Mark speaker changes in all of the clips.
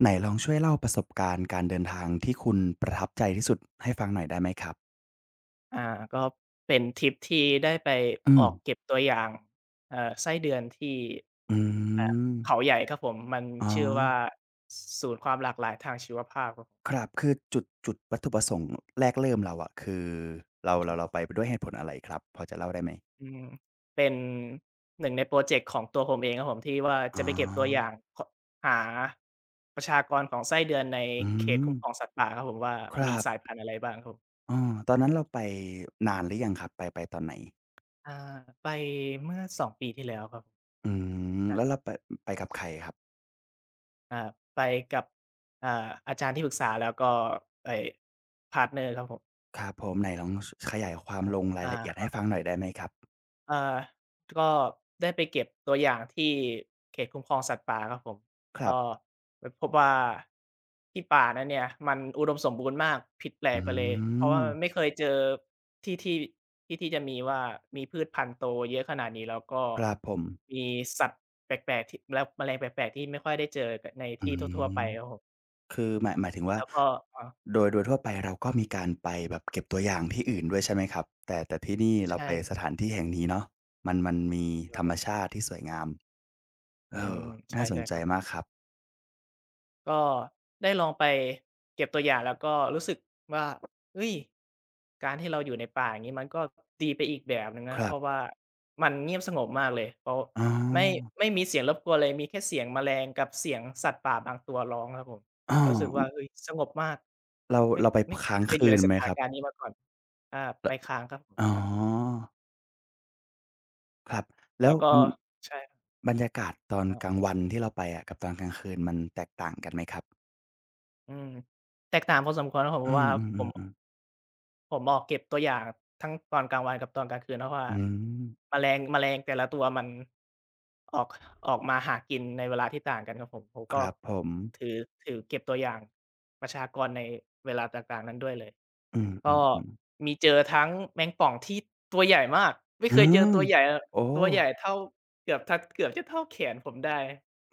Speaker 1: ไหนลองช่วยเล่าประสบการณ์การเดินทางที่คุณประทับใจที่สุดให้ฟังหน่อยได้ไหมครับ
Speaker 2: อาก็เป็นทริปที่ได้ไป
Speaker 1: อื
Speaker 2: อ
Speaker 1: ม
Speaker 2: อกเก็บตัวอย่างเอ่อไส้เดือนที่
Speaker 1: อื
Speaker 2: อ่า
Speaker 1: ม
Speaker 2: เขาใหญ่ครับผมมัน
Speaker 1: อ๋อ
Speaker 2: ชื่อว่าศูนย์ความหลากหลายทางชีวภาพครับผม
Speaker 1: ครับ คือจุดวัตถุประสงค์แรกเริ่มเราอะคือเราเรา
Speaker 2: อา
Speaker 1: เราไปด้วยเหตุผลอะไรครับพอจะเล่าได้ไหม
Speaker 2: อืมเป็นหนึ่งในพรอเจกต์ของตัวผมเองครับผมที่ว่า
Speaker 1: อ๋อ
Speaker 2: จะไปเก็บตัวอย่างคหาประชากรของไส้เดือนใน
Speaker 1: อื
Speaker 2: เขต
Speaker 1: ม
Speaker 2: คุ้มครองสัตว์ป่าครับผมว่า
Speaker 1: ค
Speaker 2: มี
Speaker 1: รับ
Speaker 2: สายพันธุ์อะไรบ้างครับผม
Speaker 1: เออตอนนั้นเราไปนานหรือยังครับ ไปตอนไหน
Speaker 2: อ่าไปเมื่อ2 ปีที่แล้วครับ
Speaker 1: อืมแล้วเราไปกับใครครับ
Speaker 2: อ่าไปกับอ่าอาจารย์ที่ปรึกษาแล้วก็ไอ้พาร์ตเนอร์ครับผม
Speaker 1: ครับผมไหนลองขยายควา
Speaker 2: ค
Speaker 1: ม
Speaker 2: รับ
Speaker 1: ลงราย
Speaker 2: อา
Speaker 1: ละเอียด
Speaker 2: ค
Speaker 1: ให้
Speaker 2: รั
Speaker 1: ฟัง
Speaker 2: บ
Speaker 1: หน่อยได้ไหมครับ
Speaker 2: เอ่อก็ได้ไปเก็บตัวอย่างที่เขตคุ้มครองสัตว์ป่าครับผม
Speaker 1: ครั
Speaker 2: ก็
Speaker 1: บ
Speaker 2: ไปพบว่าที่ป่านั้นเนี่ยมันอุดมสมบูรณ์มากผิดแปล
Speaker 1: อื
Speaker 2: กไปเลยเพราะ
Speaker 1: ม
Speaker 2: ว่าไม่เคยเจอที่ที่ที่จะมีว่ามีพืชพันธุ์โตเยอะขนาดนี้แล้วก็
Speaker 1: ครับผม
Speaker 2: มีสัตว์แปลกๆที่แล้วแมลงแปลกๆที่ไม่ค่อยได้เจอกใน
Speaker 1: อื
Speaker 2: ที่ทั่ว
Speaker 1: ม
Speaker 2: ๆไปครับผม
Speaker 1: คือหมายถึงว่า
Speaker 2: แล้วก็อ๋อ
Speaker 1: โดยทั่วไปเราก็มีการไปแบบเก็บตัวอย่างที่อื่นด้วยใช่ไหมครับแต่ที่นี่เราไปส
Speaker 2: ใช่
Speaker 1: ถานที่แห่งนี้เนาะมันมี
Speaker 2: ค
Speaker 1: ธ
Speaker 2: รั
Speaker 1: ร
Speaker 2: บผ
Speaker 1: รม
Speaker 2: ม
Speaker 1: ชาติที่สวยงามเอ
Speaker 2: อื
Speaker 1: อ
Speaker 2: มใช่
Speaker 1: น่าสน
Speaker 2: ใช่
Speaker 1: ใจ
Speaker 2: ครับ
Speaker 1: มากครับ
Speaker 2: ก็ได้ลองไปเก็บตัวอย่างแล้วก็รู้สึกว่าเฮ้ยการที่เราอยู่ในป่าอย่างงี้มันก็ดีไปอีกแบบหนึ่ง
Speaker 1: ค
Speaker 2: นะเพ
Speaker 1: รับ
Speaker 2: ราะว่ามันเงียบสงบมากเลยเพราะ
Speaker 1: อ๋
Speaker 2: ไม่
Speaker 1: อ
Speaker 2: ไม่มีเสียงรบกวนเลยมีแค่เสียงแมลงกับเสียงสัตว์ป่าบางตัวร้องครับผม
Speaker 1: อ้อ
Speaker 2: รู้สึกว่าเฮ้ยสงบมาก
Speaker 1: เรา
Speaker 2: ไม่
Speaker 1: เราไป
Speaker 2: ไม่
Speaker 1: ค้า
Speaker 2: ไม่
Speaker 1: ง
Speaker 2: เคยอยู่
Speaker 1: คื
Speaker 2: ใน
Speaker 1: น
Speaker 2: ส
Speaker 1: ไหม
Speaker 2: ถา
Speaker 1: ค
Speaker 2: น
Speaker 1: รับ
Speaker 2: การณ์นี้มาก่อนอาไปค้างครับผม
Speaker 1: อ๋อ
Speaker 2: มัน
Speaker 1: ครับแล้
Speaker 2: แล้
Speaker 1: ว
Speaker 2: วก็
Speaker 1: มัน
Speaker 2: ใช่
Speaker 1: บรรยากาศตอน
Speaker 2: ครับ
Speaker 1: กลางวันที่เราไปอะกับตอนกลางคืนมันแตกต่างกันไหมครับ
Speaker 2: อืมแตกต่างพอสมควรครับผม
Speaker 1: อื
Speaker 2: เพราะว่าผ
Speaker 1: ม
Speaker 2: ม
Speaker 1: ๆๆๆ
Speaker 2: ผมออกเก็บตัวอย่างทั้งตอนกลางวันกับตอนกลางคืนเพราะว่า
Speaker 1: อืม
Speaker 2: แมลงแต่ละตัวมันออกออกมาหากินในเวลาที่ต่างกันครับผมผม
Speaker 1: ค
Speaker 2: ก็
Speaker 1: รับผม
Speaker 2: ถือถือเก็บตัวอย่างประชากรในเวลาต่างๆนั้นด้วยเลย
Speaker 1: อื
Speaker 2: ก็
Speaker 1: มๆๆ
Speaker 2: มีเจอทั้งแมงป่องที่ตัวใหญ่มากไม่
Speaker 1: อื
Speaker 2: เคยเจอ
Speaker 1: ม
Speaker 2: ตัวใหญ่
Speaker 1: โอ้
Speaker 2: ตัวใหญ่เท่าเกือบทเกือบจะเท่าแขนผมได้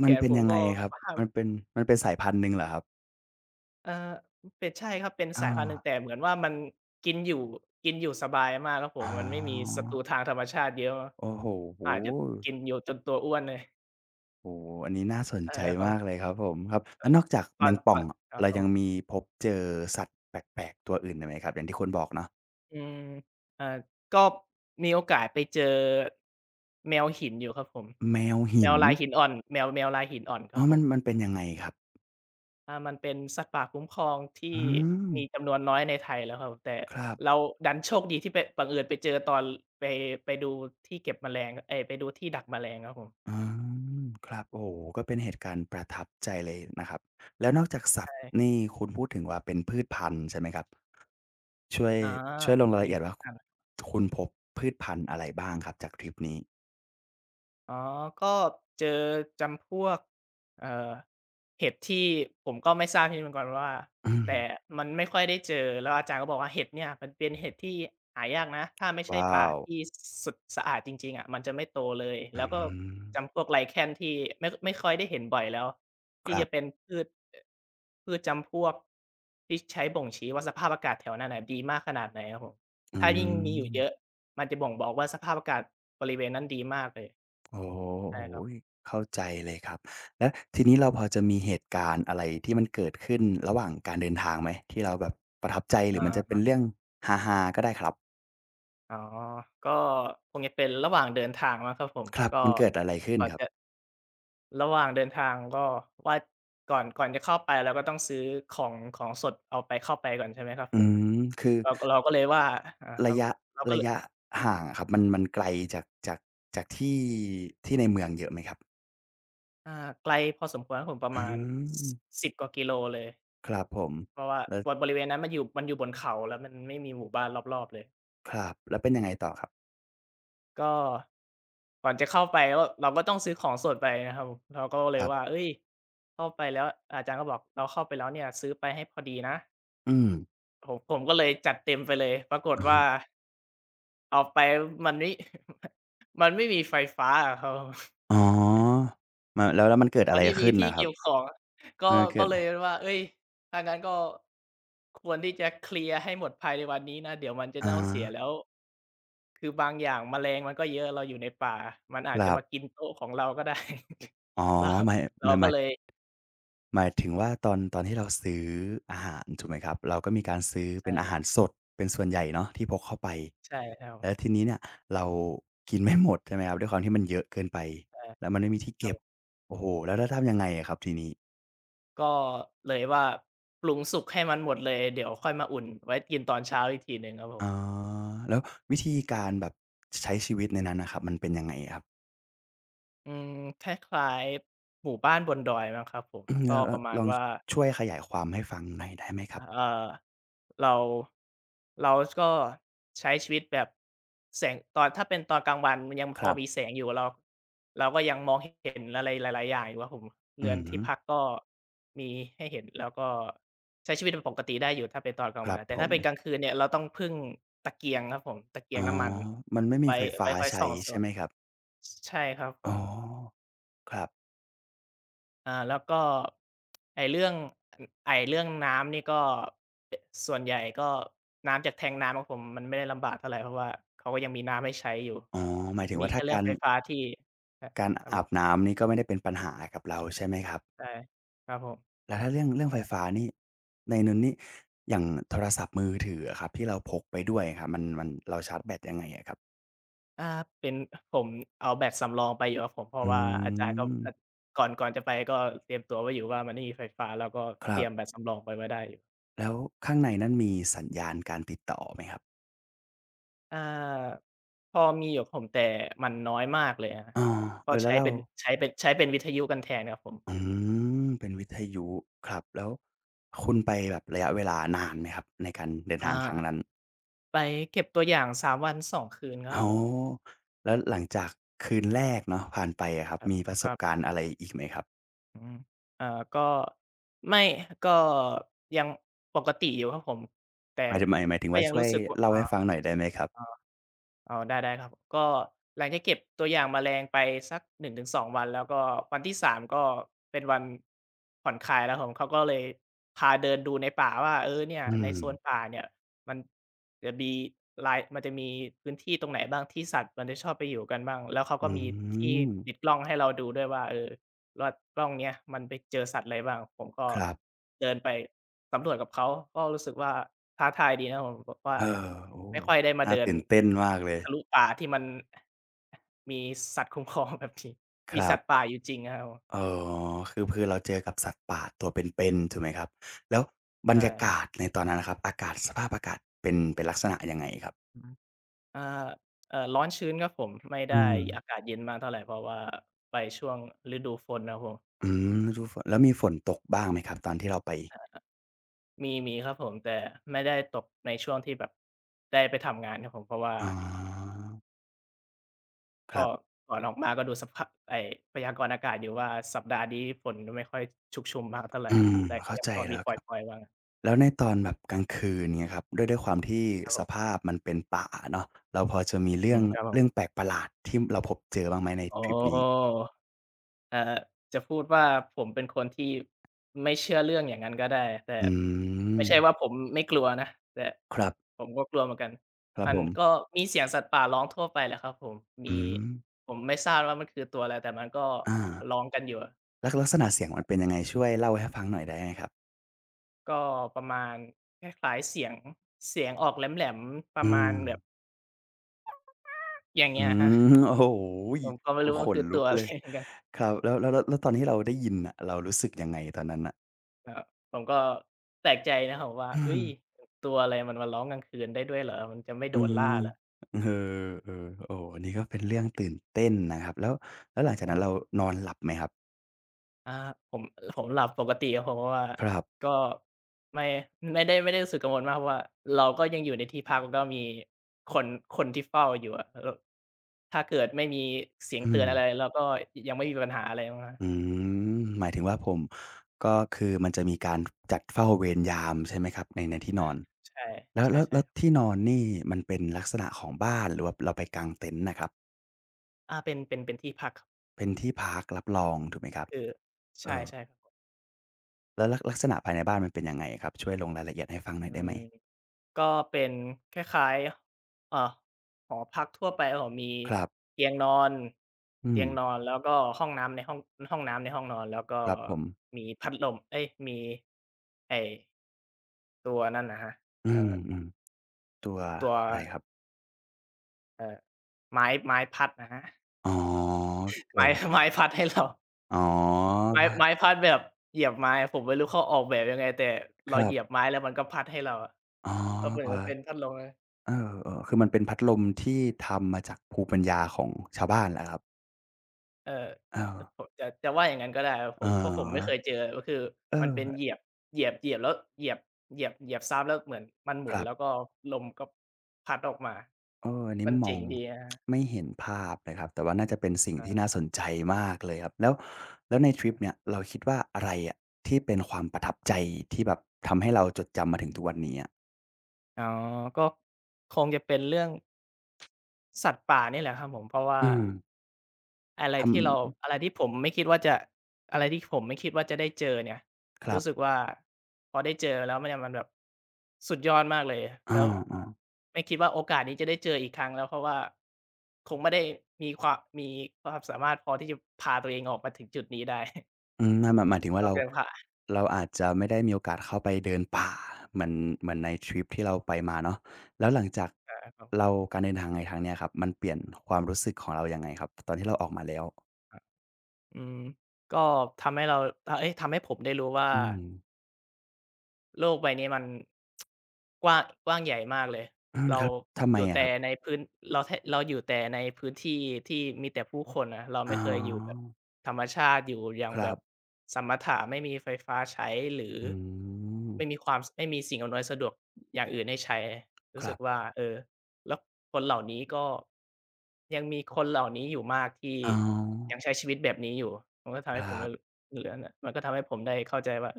Speaker 2: แข
Speaker 1: มัน
Speaker 2: น
Speaker 1: เป็น
Speaker 2: ผม
Speaker 1: ยัง
Speaker 2: ก็
Speaker 1: ไงครับ
Speaker 2: ว้าว
Speaker 1: มันเป็นมันเป็นสายพันธุ์หนึ่งเหรอครับ
Speaker 2: เออเป็นใช่ครับเป็น
Speaker 1: อา
Speaker 2: สายพันธุ์หนึ่งแต่เหมือนว่ามันกินอยู่กินอยู่สบายมากครับผ
Speaker 1: อ๋
Speaker 2: มมันไม่มี
Speaker 1: อ
Speaker 2: ศัตรูทางธรรมชาติเยอะ
Speaker 1: โอ้โฮโอ้โฮ
Speaker 2: อาจจะกินอยู่จนตัวอ้วนเลย
Speaker 1: โอ้โฮอันนี้น่าสน
Speaker 2: เอ
Speaker 1: ใจ
Speaker 2: อครั
Speaker 1: มากเล
Speaker 2: บ
Speaker 1: ยครับผมครับ
Speaker 2: เอ
Speaker 1: แล้ว
Speaker 2: อ
Speaker 1: นอกจาก
Speaker 2: ต
Speaker 1: แม
Speaker 2: อน
Speaker 1: งป่
Speaker 2: ต
Speaker 1: อ
Speaker 2: อ
Speaker 1: ง
Speaker 2: น
Speaker 1: อะ
Speaker 2: ครับ
Speaker 1: เรา
Speaker 2: ผม
Speaker 1: ยังมีพบเจอสัตว์แปลกๆตัวอื่นอีกไหมครับอย่างที่คุณบอกเนาะ
Speaker 2: อืมเอ่อก็มีโอกาสไปเจอแมวหินอยู่ครับผม
Speaker 1: แมว
Speaker 2: แม
Speaker 1: หิน
Speaker 2: วลายหินอ่อนแมวลายหินอ่อนค
Speaker 1: อ๋
Speaker 2: รั
Speaker 1: อ
Speaker 2: บผ
Speaker 1: มัน
Speaker 2: ม
Speaker 1: มันเป็นยังไงครับ
Speaker 2: มันเป็นสัตว์ป่าคุ้มครองที่
Speaker 1: อืม
Speaker 2: มีจำนวนน้อยในไทยแล้วครับแต่
Speaker 1: ครับ
Speaker 2: เราดันโชคดีที่ไปบังเอิญไปเจอตอนไปไปดูที่เก็บแมลงเอ๊ยไปดูที่ดักแมลงครับผม
Speaker 1: อืมครับโอ้โฮก็เป็นเหตุการณ์ประทับใจเลยนะครับแล้วนอกจากสั
Speaker 2: ใช
Speaker 1: ตว์
Speaker 2: ่
Speaker 1: นี่คุณพูดถึงว่าเป็นพืชพันธุ์ใช่ไหมครับ ช่วย
Speaker 2: อา
Speaker 1: ช่วยลงรายละ
Speaker 2: มี
Speaker 1: เอี ยด
Speaker 2: พืช
Speaker 1: ว่า
Speaker 2: พัน
Speaker 1: คุณพบพืชพันธุ์อะไรบ้างครับจากทริปนี้
Speaker 2: อ๋อก็เจอจำพวกเอ่อเห็ดที่ผมก็ไม่ทราบชนิดเหมือนกันว่า
Speaker 1: อืม
Speaker 2: แต่มันไม่ค่อยได้เจอแล้วอาจารย์ก็บอกว่าเห็ดเนี่ยมันเป็นเห็ดที่หายากนะถ้าไม่ใช่
Speaker 1: ว้า
Speaker 2: ป่า
Speaker 1: ว
Speaker 2: ที่สุดสะอาดจริงๆอะมันจะไม่โตเลย
Speaker 1: อื
Speaker 2: แล้วก็
Speaker 1: ม
Speaker 2: จำพวกไลแคนที่ไม่ค่อยได้เห็นบ่อยแล้ว
Speaker 1: ค
Speaker 2: ที่
Speaker 1: รั
Speaker 2: จะเป็
Speaker 1: บ
Speaker 2: นพืชพืชจำพวกที่ใช้บ่งชี้ว่าสภาพอากาศแถวนั้นน่ะดีมากขนาดไหนครับผม
Speaker 1: อื
Speaker 2: ถ้ายิ่งมีอยู่เยอะ
Speaker 1: ม
Speaker 2: มันจะบ่งบอกว่าสภาพอากาศบริเวณนั้นดีมากเลย
Speaker 1: โอ้โฮ
Speaker 2: ใช่
Speaker 1: โอ้โฮ
Speaker 2: ครับ
Speaker 1: เข้าใจเลยครับแล้วทีนี้เราพอจะมีเหตุการณ์อะไรที่มันเกิดขึ้นระหว่างการเดินทางไหมที่เราแบบประทับใจหรื
Speaker 2: อ
Speaker 1: อมันจะเป็
Speaker 2: า
Speaker 1: นเรื่องฮาๆก็ได้ครับ
Speaker 2: อ๋อก็คงจะเป็นระหว่างเดินทางมั้งครับผม
Speaker 1: ครับ
Speaker 2: ก็
Speaker 1: มันเกิดอะไรขึ้น
Speaker 2: ก่อน
Speaker 1: ครับ
Speaker 2: จะระหว่างเดินทางก็ว่าก่อนจะเข้าไปเราก็ต้องซื้อของของสดเอาไปเข้าไปก่อนใช่ไหมครับ
Speaker 1: อื
Speaker 2: ผม
Speaker 1: มคือ
Speaker 2: เราก็เลยว่าครั
Speaker 1: ระ
Speaker 2: บผ
Speaker 1: ยะ
Speaker 2: มเราก็
Speaker 1: ระ
Speaker 2: เลย
Speaker 1: ยะห่างอะครับมันมันไกลจากจากที่ที่ในเมืองเยอะไหมครับ
Speaker 2: อ่าไกลพอสมควรครับผมประ
Speaker 1: อื
Speaker 2: มาณส
Speaker 1: ม
Speaker 2: 10กว่ากิโลเลย
Speaker 1: ครับผม
Speaker 2: เพราะว่า
Speaker 1: แล้ว
Speaker 2: บริบริเวณนั้นมันอยู่บนเขาแล้วมันไม่มีหมู่บ้านรอบๆเลย
Speaker 1: ครับแล้วเป็นยังไงต่อครับ
Speaker 2: ก็ก่อนจะเข้าไปก็เราก็ต้องซื้อของสดไปนะครับผมเราก็เล
Speaker 1: ค
Speaker 2: ย
Speaker 1: รั
Speaker 2: ว่า
Speaker 1: บ
Speaker 2: เฮ้ยเข้าไปแล้วอาจารย์ก็บอกเราเข้าไปแล้วเนี่ยซื้อไปให้พอดีนะ
Speaker 1: อืม
Speaker 2: ผมก็เลยจัดเต็มไปเลยปรากฏ
Speaker 1: อะ
Speaker 2: ว่า
Speaker 1: ฮะ
Speaker 2: เอาไปมันไม่ มันไม่มีไฟฟ้าอะครับ
Speaker 1: อ๋อมาแล้วมัน
Speaker 2: ม
Speaker 1: เกิดอะ
Speaker 2: มัน
Speaker 1: ไร
Speaker 2: ไม่มี
Speaker 1: ขึ้น
Speaker 2: ที่
Speaker 1: น่ะครับ
Speaker 2: เก็บของก็
Speaker 1: มันเกิ
Speaker 2: ก็
Speaker 1: ด
Speaker 2: เล
Speaker 1: อะ
Speaker 2: ย
Speaker 1: ฮะ
Speaker 2: ว่าเฮ้ยถ้างั้นก็ควรที่จะเคลียร์ให้หมดภายในวันนี้นะเดี๋ยวมันจะเน่าเสียแล้ว คือบางอย่างแมลงมันก็เยอะเราอยู่ในป่ามันอาจ
Speaker 1: ค
Speaker 2: จะ
Speaker 1: รับ
Speaker 2: มากินโต๊ะของเราก็ได้
Speaker 1: อ๋อ
Speaker 2: เรา
Speaker 1: หมายห
Speaker 2: เรา
Speaker 1: มายห
Speaker 2: ก็
Speaker 1: มาย
Speaker 2: เลย
Speaker 1: หมายถึงว่าตอนที่เราซื้ออาหารถูกไหมครับเราก็มีการซื้อเป็นอาหาร
Speaker 2: ใช่
Speaker 1: สดเป็นส่วนใหญ่เนาะที่พกเข้าไป
Speaker 2: ใช่ครับ
Speaker 1: แล้วทีนี้เนี่ยเรากินไม่หมดใช่ไหมครับด้วยความที่มันเยอะเกินไป
Speaker 2: ใช่
Speaker 1: แล้วมันไม่มีที่
Speaker 2: ครั
Speaker 1: เก็บ
Speaker 2: บ
Speaker 1: โอ้โฮแล้วทำยังไงอะครับทีนี้
Speaker 2: ก็เลยว่าปรุงสุกให้มันหมดเลยเดี๋ยวค่อยมาอุ่นไว้กินตอนเช้าอีกทีหนึ่งครับผม
Speaker 1: อ๋อแล้ววิธีการแบบใช้ชีวิตในนั้นน่ะครับมันเป็นยังไงครับ
Speaker 2: อืมคล้ายๆหมู่บ้านบนดอยมั้งครับผม
Speaker 1: อืม
Speaker 2: ก็
Speaker 1: แล้วแล้
Speaker 2: ป
Speaker 1: ว
Speaker 2: ระมา
Speaker 1: ล
Speaker 2: ณ
Speaker 1: องช
Speaker 2: ว่า
Speaker 1: ช่วยขยายความให้ฟังหน่อยได้ไหมครั
Speaker 2: เอ่
Speaker 1: บ
Speaker 2: อเราเราก็ใช้ชีวิตแบบแสงตอนถ้าเป็นตอนกลางวันมันยังพ
Speaker 1: ค
Speaker 2: อ
Speaker 1: รั
Speaker 2: มี
Speaker 1: บ
Speaker 2: แสงอยู่เราก็ยังมองเห็นอะไรหลายๆอย่างอยู่ครับผม
Speaker 1: อื
Speaker 2: เรือน
Speaker 1: อ
Speaker 2: ที่
Speaker 1: ฮึ
Speaker 2: พักก็มีให้เห็นแล้วก็ใช้ชีวิตเป็นปกติได้อยู่ถ้าเป็นตอนกลา
Speaker 1: ค
Speaker 2: งวั
Speaker 1: รั
Speaker 2: น
Speaker 1: บ
Speaker 2: แต่
Speaker 1: ผ
Speaker 2: ถ้า
Speaker 1: ม
Speaker 2: เป็นกลางคืนเนี่ยเราต้องพึ่งตะเกียงครับผมตะเกียง
Speaker 1: อ๋อ
Speaker 2: น้ำมัน
Speaker 1: มันไม่มี
Speaker 2: ไว้
Speaker 1: ไฟฟ้า
Speaker 2: ไว้คอย
Speaker 1: ใช้
Speaker 2: ส่องส
Speaker 1: ใช่
Speaker 2: ว่าง
Speaker 1: ไหมครับ
Speaker 2: ใช่ครับผ
Speaker 1: อ๋อ
Speaker 2: ม
Speaker 1: ครับ
Speaker 2: อาแล้วก็ไอ้เรื่องไอ้เรื่องน้ำนี่ก็อส่วนใหญ่ก็น้ำจากแทงก์น้ำของผมมันไม่ได้ลำบากเท่าไรเพราะว่าเขาก็ยังมีน้ำให้ใช้อยู่
Speaker 1: อ๋อหมายถึง
Speaker 2: มี
Speaker 1: ว่า
Speaker 2: แค่
Speaker 1: ถ้า
Speaker 2: เรื่อ
Speaker 1: กา
Speaker 2: ง
Speaker 1: ร
Speaker 2: ไฟฟ้าที่ครับ
Speaker 1: การ
Speaker 2: ครับผ
Speaker 1: อาบ
Speaker 2: ม
Speaker 1: น้ำนี่ก็ไม่ได้เป็นปัญหากับเราใช่ไหมครับ
Speaker 2: ใช่ครับผม
Speaker 1: แล้วถ้าเรื่องไฟ
Speaker 2: อา
Speaker 1: ฟ้านี่ในนั้นนี่อย่างโทรศัพท์มือถืออะครับที่เราพกไปด้วยอะครับมันเราชาร์จแบตยังไงอะครับ
Speaker 2: อาเป็นผมเอาแบตสำรองไปอยู่ครับผมเพราะ
Speaker 1: อื
Speaker 2: ว่าอาจารย์ก็
Speaker 1: ม
Speaker 2: ก่อนจะไปก็เตรียมตัวไว้อยู่ว่ามันไม่มีไฟฟ้าแล้วก็
Speaker 1: ค
Speaker 2: เต
Speaker 1: รั
Speaker 2: รียมแบ
Speaker 1: บ
Speaker 2: ตสำรองไปไว้ได้อยู่
Speaker 1: แล้วข้างในนั้นมีสัญญาณการติดต่อไหมครับ
Speaker 2: อาพอมีอยู่ครับผมแต่มันน้อยมากเลยอะครับ
Speaker 1: ออเอ
Speaker 2: ก็
Speaker 1: อแล้วเรา
Speaker 2: ใช้เป็นวิทยุกันแทนครับผม
Speaker 1: อืมเป็นวิทยุครับแล้วคุณไปแบบระยะเวลานานไหมครับในการเดิน
Speaker 2: อ
Speaker 1: ทางครั้ง
Speaker 2: า
Speaker 1: นั้น
Speaker 2: ไปเก็บตัวอย่าง3วัน2คืนครับ
Speaker 1: อ๋อ
Speaker 2: ผม
Speaker 1: แล้วหลังจากคืนแรกเนาะผ่านไปอะครับ
Speaker 2: ครับ
Speaker 1: มีประส
Speaker 2: ก็
Speaker 1: บการณ์อะไรอีกไหมครับ
Speaker 2: อืมอ่าก็ไม่ก็ยังปกติอยู่ครับผมแต่
Speaker 1: หมายถึงหมายถึง
Speaker 2: ก็
Speaker 1: ว่า
Speaker 2: ยัง
Speaker 1: ช่ว
Speaker 2: รู้
Speaker 1: ย
Speaker 2: สึกว่า
Speaker 1: เล่าให้ฟังหน่อยได้ไหมครับ
Speaker 2: อาอ๋อได้ได้ครับก็หลังจากเก็บตัวอย่างแมลงไปสัก1-2วันแล้วก็วันที่3ก็เป็นวันผ่อนคลายแล้วครับผมเขาก็เลยพาเดินดูในป่าว่าเออเนี่ย
Speaker 1: อื
Speaker 2: ใน
Speaker 1: ม
Speaker 2: โซนป่าเนี่ยมันจะมีมันจะมีพื้นที่ตรงไหนบ้างที่สัตว์มันจะชอบไปอยู่กันบ้างแล้วเขาก็
Speaker 1: อื
Speaker 2: มีที่
Speaker 1: ม
Speaker 2: ติดกล้องให้เราดูด้วยว่าเออ ว่าร่องเนี้ยมันไปเจอสัตว์อะไรบ้างผมก็
Speaker 1: ครับ
Speaker 2: เดินไปสำรวจกับเขาก็รู้สึกว่าท้าทายดีนะผมแบบว่า
Speaker 1: เออโอ้
Speaker 2: ไม่ค่อยได้มา
Speaker 1: น่า
Speaker 2: เดิน
Speaker 1: ตื่นเต้นมากเลย
Speaker 2: ทะลุป่าที่มันมีสัตว์คุ้มครองแบบนี้
Speaker 1: ค
Speaker 2: มี
Speaker 1: รั
Speaker 2: สั
Speaker 1: บ
Speaker 2: ตว์ป่าอยู่จริงอะครับผม
Speaker 1: อ๋อคือเราเจอกับสัตว์ป่าตัวเป็นๆถูกไหมครับแล้วบรร
Speaker 2: ใช่
Speaker 1: ยา
Speaker 2: ครับ
Speaker 1: กาศในตอนนั้นน่ะครับอากาศสภาพอากาศเป็นลักษณะยังไงครับ
Speaker 2: อือฮึอ่าร้อนชื้นครับผมไม่ได้
Speaker 1: อืม
Speaker 2: อากาศเย็นมากเท่าไรเพราะว่าไปช่วงฤดูฝนนะครับผม
Speaker 1: อืมฤดูฝนแล้วมีฝนตกบ้างไหมครับตอนที่เราไป
Speaker 2: มีครับผมแต่ไม่ได้ตกในช่วงที่แบบได้ไปทำงานครับผมเพราะว่า
Speaker 1: อ๋อค
Speaker 2: ก็
Speaker 1: รับ
Speaker 2: ก่อนออกมาก็ดูสภาพไอ้พยากรณ์อากาศอยู่ว่าสัปดาห์นี้ฝนไม่ค่อยชุกชุมมากเท่าไร
Speaker 1: อืม
Speaker 2: แต่ก็
Speaker 1: เข้า
Speaker 2: ยัง
Speaker 1: ใจ
Speaker 2: พอมี
Speaker 1: แล้ว
Speaker 2: ปล
Speaker 1: ครับ
Speaker 2: ่อยๆบ้าง
Speaker 1: แล้วในตอนแบบกลางคืนเงี้ยครับด้วยความที่
Speaker 2: ครับผ
Speaker 1: ส
Speaker 2: ม
Speaker 1: ภาพมันเป็นป่าเนาะเราพอจะมีเรื่
Speaker 2: อื
Speaker 1: อง
Speaker 2: มครับผ
Speaker 1: เรื่อง
Speaker 2: ม
Speaker 1: แปลกประหลาดที่เราพบเจอบ้างไหมใน
Speaker 2: อ๋อ
Speaker 1: ทริปนี้
Speaker 2: เอ่อจะพูดว่าผมเป็นคนที่ไม่เชื่อเรื่องอย่างนั้นก็ได้แต่
Speaker 1: อืม
Speaker 2: ไม่ใช่ว่าผมไม่กลัวนะแต่
Speaker 1: ครับ
Speaker 2: ผมก็กลัวเหมือนกัน
Speaker 1: ครับ
Speaker 2: มั
Speaker 1: ผ
Speaker 2: นก็
Speaker 1: ม
Speaker 2: มีเสียงสัตว์ป่าร้องทั่วไปแหละครับผมมี
Speaker 1: อืม
Speaker 2: ผมไม่ทราบว่ามันคือตัวอะไรแต่มันก็
Speaker 1: อา
Speaker 2: ร้องกันอยู่
Speaker 1: แล้วลักษณะเสียงมันเป็นยังไงช่วยเล่าให้ฟังหน่อยได้ไหมครับ
Speaker 2: ก็ประมาณคล้ายๆเสียงออกแหลมๆประ
Speaker 1: อื
Speaker 2: มาณ
Speaker 1: ม
Speaker 2: แบบอย่าง
Speaker 1: อื
Speaker 2: เงี้ยครับ
Speaker 1: ม โอ้โฮ
Speaker 2: ผมก็ไม่
Speaker 1: โอ้
Speaker 2: รู้
Speaker 1: ข
Speaker 2: ว่ามัน
Speaker 1: น
Speaker 2: คือ
Speaker 1: ลุ
Speaker 2: ตั
Speaker 1: ก
Speaker 2: วอะ
Speaker 1: เล
Speaker 2: ไร
Speaker 1: ย
Speaker 2: เหมือนกัน
Speaker 1: ครับแล้วตอนที่เราได้ยินน่ะเรารู้สึกยังไงตอนนั้นน่ะ
Speaker 2: ครับผมก็แปลกใจนะครับว่า
Speaker 1: อื
Speaker 2: เฮ้ย
Speaker 1: ม
Speaker 2: ตัวอะไรมันมาร้องกลางคืนได้ด้วยเหรอมันจะไม่
Speaker 1: อื
Speaker 2: โดน
Speaker 1: ม
Speaker 2: ล่าเหรอ
Speaker 1: เออๆโอ้อันนี้ก็เป็นเรื่องตื่นเต้นนะครับแล้วหลังจาก
Speaker 2: ค
Speaker 1: นั้
Speaker 2: รั
Speaker 1: นเรา
Speaker 2: บ
Speaker 1: นอนหลับไหมครับ
Speaker 2: อาผมผมหลับปกติครับผมเพราะว่า
Speaker 1: ครับ
Speaker 2: ก็ไม่ไม่ได้รู้สึกกังวลมากเพราะว่าเราก็ยังอยู่ในที่พักแล้วก็มีคนคนที่เฝ้าอยู่อะแล้วถ้าเกิดไม่มีเสียง
Speaker 1: อื
Speaker 2: เตือ
Speaker 1: ม
Speaker 2: นอะไรเราก็ยังไม่มีปัญหาอะไรมั้งครั
Speaker 1: อื
Speaker 2: บ
Speaker 1: มหมายถึงว่าผมก็คือมันจะมีการจัดเฝ้าเวรยามใช่ไหมครับในที่นอน
Speaker 2: ใช่
Speaker 1: แล้ว
Speaker 2: ใช่
Speaker 1: แล้ว
Speaker 2: ใช่
Speaker 1: แล้ว
Speaker 2: ครั
Speaker 1: ที่
Speaker 2: บ
Speaker 1: นอนนี่มันเป็นลักษณะของบ้านหรือว่าเราไปกางเต็นท์น่ะครับ
Speaker 2: อาเป็นที่พักครับ
Speaker 1: เป็นที่พักรับรองถูกไหมครับ
Speaker 2: คือ
Speaker 1: เอ
Speaker 2: ใช่
Speaker 1: อ
Speaker 2: ใช่ครับผม
Speaker 1: แล้วลักษณะภายในบ้านมันเป็นยังไงอะครับช่วยลงรายละเอียดให้ฟังหน่อย
Speaker 2: อื
Speaker 1: ได้ไห
Speaker 2: ม
Speaker 1: ม
Speaker 2: ก็เป็นคล้ายๆหอพักทั่วไปครับผมมี
Speaker 1: ครับ
Speaker 2: เตียงนอน
Speaker 1: อื
Speaker 2: เตี
Speaker 1: ม
Speaker 2: ยงนอนแล้วก็ห้องน้ำในห้องห้องน้ำในห้องนอน แล้วก็
Speaker 1: ครับผม
Speaker 2: มีพัดลมเอ๊ยมีไอ้ตัวนั่นน่ะครับ
Speaker 1: อื
Speaker 2: เอ่อ
Speaker 1: มๆตัว
Speaker 2: ตัว
Speaker 1: อะไรครับ
Speaker 2: เอ่อไม้พัดอะครับ
Speaker 1: อ๋อ เกิ
Speaker 2: ไม้
Speaker 1: ด
Speaker 2: ไม้พัดให้เรา
Speaker 1: อ๋อ
Speaker 2: ไม้
Speaker 1: พะ
Speaker 2: พัดแบบเหยียบไม้ผมไม่รู้เขาออกแบบยังไงแต่
Speaker 1: ค
Speaker 2: เรา
Speaker 1: รั
Speaker 2: เห
Speaker 1: บ
Speaker 2: ยียบไม้แล้วมันก็พัดให้เราอะ
Speaker 1: อ๋อ
Speaker 2: ก็เหมื
Speaker 1: พ
Speaker 2: อน
Speaker 1: อ
Speaker 2: มันเป็นพัดลมนะ
Speaker 1: เออๆคือมันเป็นพัดลมที่ทำมาจากภูมิปัญญาของชาวบ้านเหรอครับ
Speaker 2: เออ
Speaker 1: เออ
Speaker 2: จะผมจะว่าอย่างงั้นก็ได้ครับผ
Speaker 1: อ๋
Speaker 2: มเพราะผมไม่เค
Speaker 1: อ
Speaker 2: ยเจอก็คือ
Speaker 1: เอ
Speaker 2: มันเป็น
Speaker 1: อ
Speaker 2: เหยียบแล้วเหยียบซ้ำแล้วเหมือนมันห
Speaker 1: ค
Speaker 2: มุน
Speaker 1: รั
Speaker 2: แล้ว
Speaker 1: บ
Speaker 2: ก็ลมก็พัดออกมา
Speaker 1: เอออันนี้
Speaker 2: มัน
Speaker 1: มอ
Speaker 2: เจ๋ง
Speaker 1: ง
Speaker 2: ดีนะครับ
Speaker 1: ไม่เห็นภาพเลยครับแต่ว่าน่าจะเป็นสิ่ง
Speaker 2: อา
Speaker 1: ที่น่าสนใจมากเลยครับแล้วแล้วในทริปเนี่ยเราคิดว่าอะไรอะที่เป็นความประทับใจที่แบบทำให้เราจดจำมาถึงทุกวันนี้อะ
Speaker 2: อ๋อก็คงจะเป็นเรื่องสัตว์ป่านี่แหละครับผมเพราะว่า
Speaker 1: อืม
Speaker 2: อะไร
Speaker 1: ทำ
Speaker 2: ที่เราอะไรที่ผมไม่คิดว่าจะอะไรที่ผมไม่คิดว่าจะได้เจอเนี่ย
Speaker 1: ครั
Speaker 2: รู้
Speaker 1: บ
Speaker 2: สึกว่าพอได้เจอแล้วมันเนี่ยมันแบบสุดยอดมากเลย
Speaker 1: อ
Speaker 2: แล้ว
Speaker 1: า
Speaker 2: ไม่คิดว่าโอกาสนี้จะได้เจออีกครั้งแล้วเพราะว่าคงไม่ได้มีความมีความสามารถพอที่จะพาตัวเองออกมาถึงจุดนี้ได้
Speaker 1: ๆอืมนั่นหมายถึงว่า
Speaker 2: นอก
Speaker 1: เรา
Speaker 2: จากพา
Speaker 1: เราอาจจะไม่ได้มีโอกาสเข้าไปเดินป่าเหมือนเหมือนในทริปที่เราไปมาเนาะแล้วหลังจาก
Speaker 2: หา ครับ
Speaker 1: เราการเดินทางในครั้งเนี้ยครับมันเปลี่ยนความรู้สึกของเรายังไงครับตอนที่เราออกมาแล้ว
Speaker 2: อืมก็ทำให้เราทเอ๊ยทำให้ผมได้รู้ว่า
Speaker 1: อืม
Speaker 2: โลกใบนี้มัน กว้างใหญ่มากเลย
Speaker 1: อืม
Speaker 2: เรา
Speaker 1: ครับทำไม
Speaker 2: อยู่
Speaker 1: อะค
Speaker 2: แต่
Speaker 1: รับ
Speaker 2: ในพื้นเราอยู่แต่ในพื้นที่ที่มีแต่ผู้คนนะเรา
Speaker 1: อ๋
Speaker 2: ไม่
Speaker 1: อ
Speaker 2: เคยอยู่แบบธรรมชาติอยู่อย่าง
Speaker 1: ค
Speaker 2: แบ
Speaker 1: รั
Speaker 2: บ
Speaker 1: บ
Speaker 2: สมถะไม่มีไฟฟ้าใช้หรือ
Speaker 1: อืม
Speaker 2: ไม่มีสิ่งอำนวยสะดวกอย่างอื่นให้ใช้
Speaker 1: ค
Speaker 2: รู้
Speaker 1: รั
Speaker 2: สึก
Speaker 1: บ
Speaker 2: ว่าเออแล้วคนเหล่านี้ก็ยังมีคนเหล่านี้อยู่มากที่
Speaker 1: อ๋อ
Speaker 2: ยังใช้ชีวิตแบบนี้อยู่มันก็ทำ
Speaker 1: ค
Speaker 2: ให้
Speaker 1: รั
Speaker 2: ผมได้
Speaker 1: บ
Speaker 2: เหลือนะมันก็ทำให้ผมได้เข้าใจว่า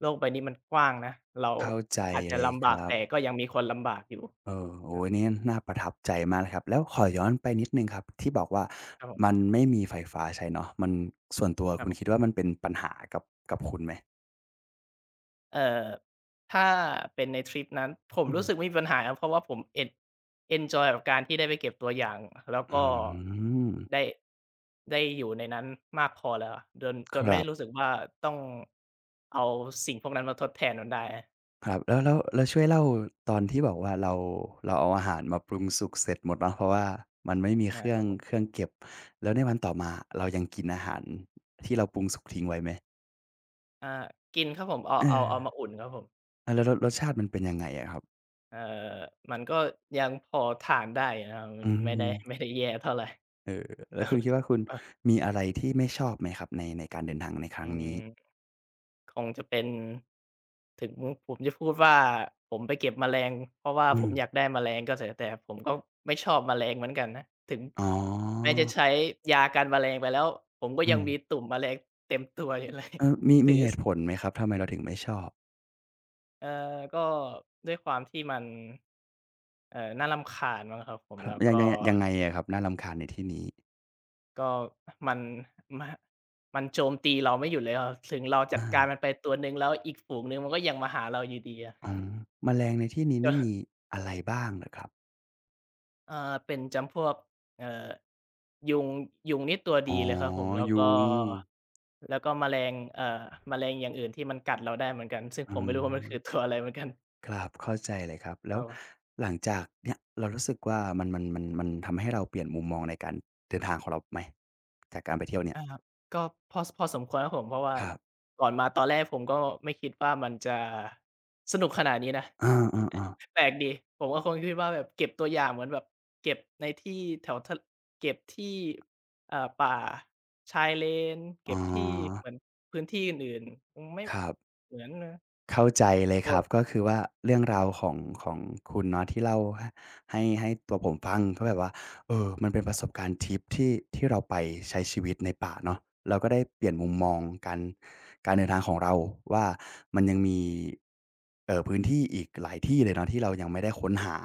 Speaker 2: โลกใบนี้มันกว้างนะเรา
Speaker 1: เข้าใจ
Speaker 2: อาจจะ
Speaker 1: เลย
Speaker 2: ลำ
Speaker 1: ค
Speaker 2: บาก
Speaker 1: รับ
Speaker 2: แต่ก็ยังมีคนลำบากอยู่
Speaker 1: เออ
Speaker 2: ค
Speaker 1: โอ้
Speaker 2: รั
Speaker 1: โฮ
Speaker 2: บ
Speaker 1: นี่น่าประทับใจมากเลยครับแล้วขอย้อนไปนิดหนึ่งครับที่บอกว่า
Speaker 2: ครับผ
Speaker 1: มัน
Speaker 2: ม
Speaker 1: ไม่มีไฟฟ้าใช้เนาะมันส่วนตัว
Speaker 2: ครับ
Speaker 1: คุณ
Speaker 2: ผ
Speaker 1: คิด
Speaker 2: ม
Speaker 1: ว่ามันเป็นปัญหากับคุณไหม
Speaker 2: เอ่อถ้าเป็นในทริปนั้นผม
Speaker 1: อื
Speaker 2: รู้สึกไม่
Speaker 1: ม
Speaker 2: มีปัญหาครับเพราะว่าผมเอนเอนจอยกับการที่ได้ไปเก็บตัวอย่างแล้ว
Speaker 1: อื
Speaker 2: ก็
Speaker 1: ม
Speaker 2: ได้ได้อยู่ในนั้นมากพอแล้วจนจ
Speaker 1: ค
Speaker 2: นไม่
Speaker 1: รับ
Speaker 2: รู้สึกว่าต้องเอาสิ่งพวกนั้นมาทดแทนมันได้
Speaker 1: ครับแล้วช่วยเล่าตอนที่บอกว่าเราเราเอาอาหารมาปรุงสุกเสร็จหมดเนาะเพราะว่ามันไม่มีเค
Speaker 2: อา
Speaker 1: รื่
Speaker 2: ค
Speaker 1: อง
Speaker 2: รับ
Speaker 1: เครื่องเก็บแล้วในวันต่อมาเรายังกินอาหารที่เราปรุงสุกทิ้งไว้ไหม
Speaker 2: อากินครับผมเอา
Speaker 1: เออ
Speaker 2: มาอุ่นครับผม
Speaker 1: อาแล้วรสชาติมันเป็นยังไงอะครับ
Speaker 2: เอ่อมันก็ยังพอทานได้อยู่นะครับมัน
Speaker 1: อื
Speaker 2: ไม่ได้ไม่
Speaker 1: ม
Speaker 2: ได้แย่เท่าไร
Speaker 1: เออแล้วคุณคิด ว่าคุณ
Speaker 2: อะ
Speaker 1: มีอะไรที่ไม่ชอบไหมครับในการเดินทางในค
Speaker 2: อื
Speaker 1: รั้ง
Speaker 2: ม
Speaker 1: นี้
Speaker 2: คงจะเป็นถึงผมจะพูดว่าผมไปเก็บแมลงเพราะว่า
Speaker 1: อื
Speaker 2: ผ
Speaker 1: ม
Speaker 2: มอยากได้แมลงก็เถอะแต่ผมก็ไม่ชอบแมลงเหมือนกันนะถึง
Speaker 1: อ๋
Speaker 2: แม้
Speaker 1: อ
Speaker 2: จะใช้ยากันแมลงไปแล้วผมก็
Speaker 1: อื
Speaker 2: ยัง
Speaker 1: ม
Speaker 2: มีตุ่มแมลงเต็มตัวอยู่เลย
Speaker 1: เออมี มี
Speaker 2: ถือ
Speaker 1: เหตุผ
Speaker 2: ส
Speaker 1: ลไหมครับทำไมเราถึงไม่ชอบ
Speaker 2: เอ่อก็ด้วยความที่มันน่ารำคาญมั้งครับผม
Speaker 1: ครั
Speaker 2: แล้
Speaker 1: บ
Speaker 2: ว
Speaker 1: ยัง
Speaker 2: ก็
Speaker 1: ไงยังไงอะครับน่ารำคาญในที่นี้
Speaker 2: ก็มันมมันโจมตีเราไม่หยุดเลยเออถึงเราจัด
Speaker 1: อา
Speaker 2: การมันไปตัวหนึ่งแล้วอีกฝูงหนึ่งมันก็ยังมาหาเราอยู่ดีอะ
Speaker 1: อ๋อแมลงในที่นี้นี่มีอะไรบ้างเหรอครับ
Speaker 2: อาเป็นจำพวกเอ่อยุงยุงนี่ตัวดี
Speaker 1: อ๋อ
Speaker 2: เลยครับผมแล้วก็
Speaker 1: ยุง
Speaker 2: แมลงแมลงอย่างอื่นที่มันกัดเราได้เหมือนกันซึ่งผ
Speaker 1: อื
Speaker 2: มไม่รู้
Speaker 1: ม
Speaker 2: ว่ามันคือตัวอะไรเหมือนกัน
Speaker 1: ครับเข้าใจเลยครับ
Speaker 2: ค
Speaker 1: แล้
Speaker 2: รั
Speaker 1: ว
Speaker 2: บผม
Speaker 1: หลังจากเนี่ยเรารู้สึกว่ามันทำให้เราเปลี่ยนมุมมองในการเดินทางของเราไหมจากการไปเที่ยวเนี่ย
Speaker 2: อาก็พอสมควรครับผมเพราะว่า
Speaker 1: ครับ
Speaker 2: ก่อนมาตอนแรกผมก็ไม่คิดว่ามันจะสนุกขนาดนี้นะ
Speaker 1: เอ อๆๆ
Speaker 2: อแปลกดีผมก็คงคิดว่าแบบเก็บตัวอย่างเหมือนแบบเก็บในที่แถวทเก็บที่อ่าป่าชายเลน
Speaker 1: อ๋
Speaker 2: เก็
Speaker 1: อ
Speaker 2: บที่เหมือนพื้นที่อื่นๆคงไม่
Speaker 1: ครับ
Speaker 2: เหมือนนะ
Speaker 1: เข้าใจเลย
Speaker 2: บ
Speaker 1: ครับ
Speaker 2: ท
Speaker 1: ก็คือว่าเรื่องราวของของคุณเนาะที่เล่าหให้ให้ตัวผมฟังก็แบบว่าเออมันเป็นประสบการณ์ทริปที่ที่เราไปใช้ชีวิตในป่าเนาะเราก็ได้เปลี่ยนมุม
Speaker 2: อื
Speaker 1: มอง
Speaker 2: ม
Speaker 1: การการเดินทางของเราว่ามันยังมีเอ่อพื้นที่อีกหลายที่เลยเนาะที่เรายังไม่ได้ค้นหา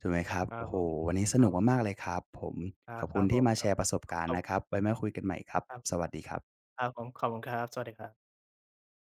Speaker 1: ถูกไหมครับ
Speaker 2: ครั
Speaker 1: โอ้
Speaker 2: บ
Speaker 1: โฮ
Speaker 2: ผม
Speaker 1: วันนี้ส
Speaker 2: ครับ
Speaker 1: นุก
Speaker 2: ผ
Speaker 1: มาก
Speaker 2: ม
Speaker 1: ๆเลยครับผม
Speaker 2: อา
Speaker 1: ขอบ
Speaker 2: ค
Speaker 1: คุ
Speaker 2: รั
Speaker 1: ณ
Speaker 2: บผ
Speaker 1: ที่
Speaker 2: ม
Speaker 1: มา
Speaker 2: ค
Speaker 1: แช
Speaker 2: รับ
Speaker 1: ร์ประสบ
Speaker 2: ขอบ
Speaker 1: การ
Speaker 2: ข
Speaker 1: ณ์
Speaker 2: อ
Speaker 1: นะครับ
Speaker 2: บ
Speaker 1: ไว้มาคุยกันใหม่ครับ
Speaker 2: ครับ
Speaker 1: สวัสดีครับ
Speaker 2: ครับผมขอบคุณครับสวัสดีครับ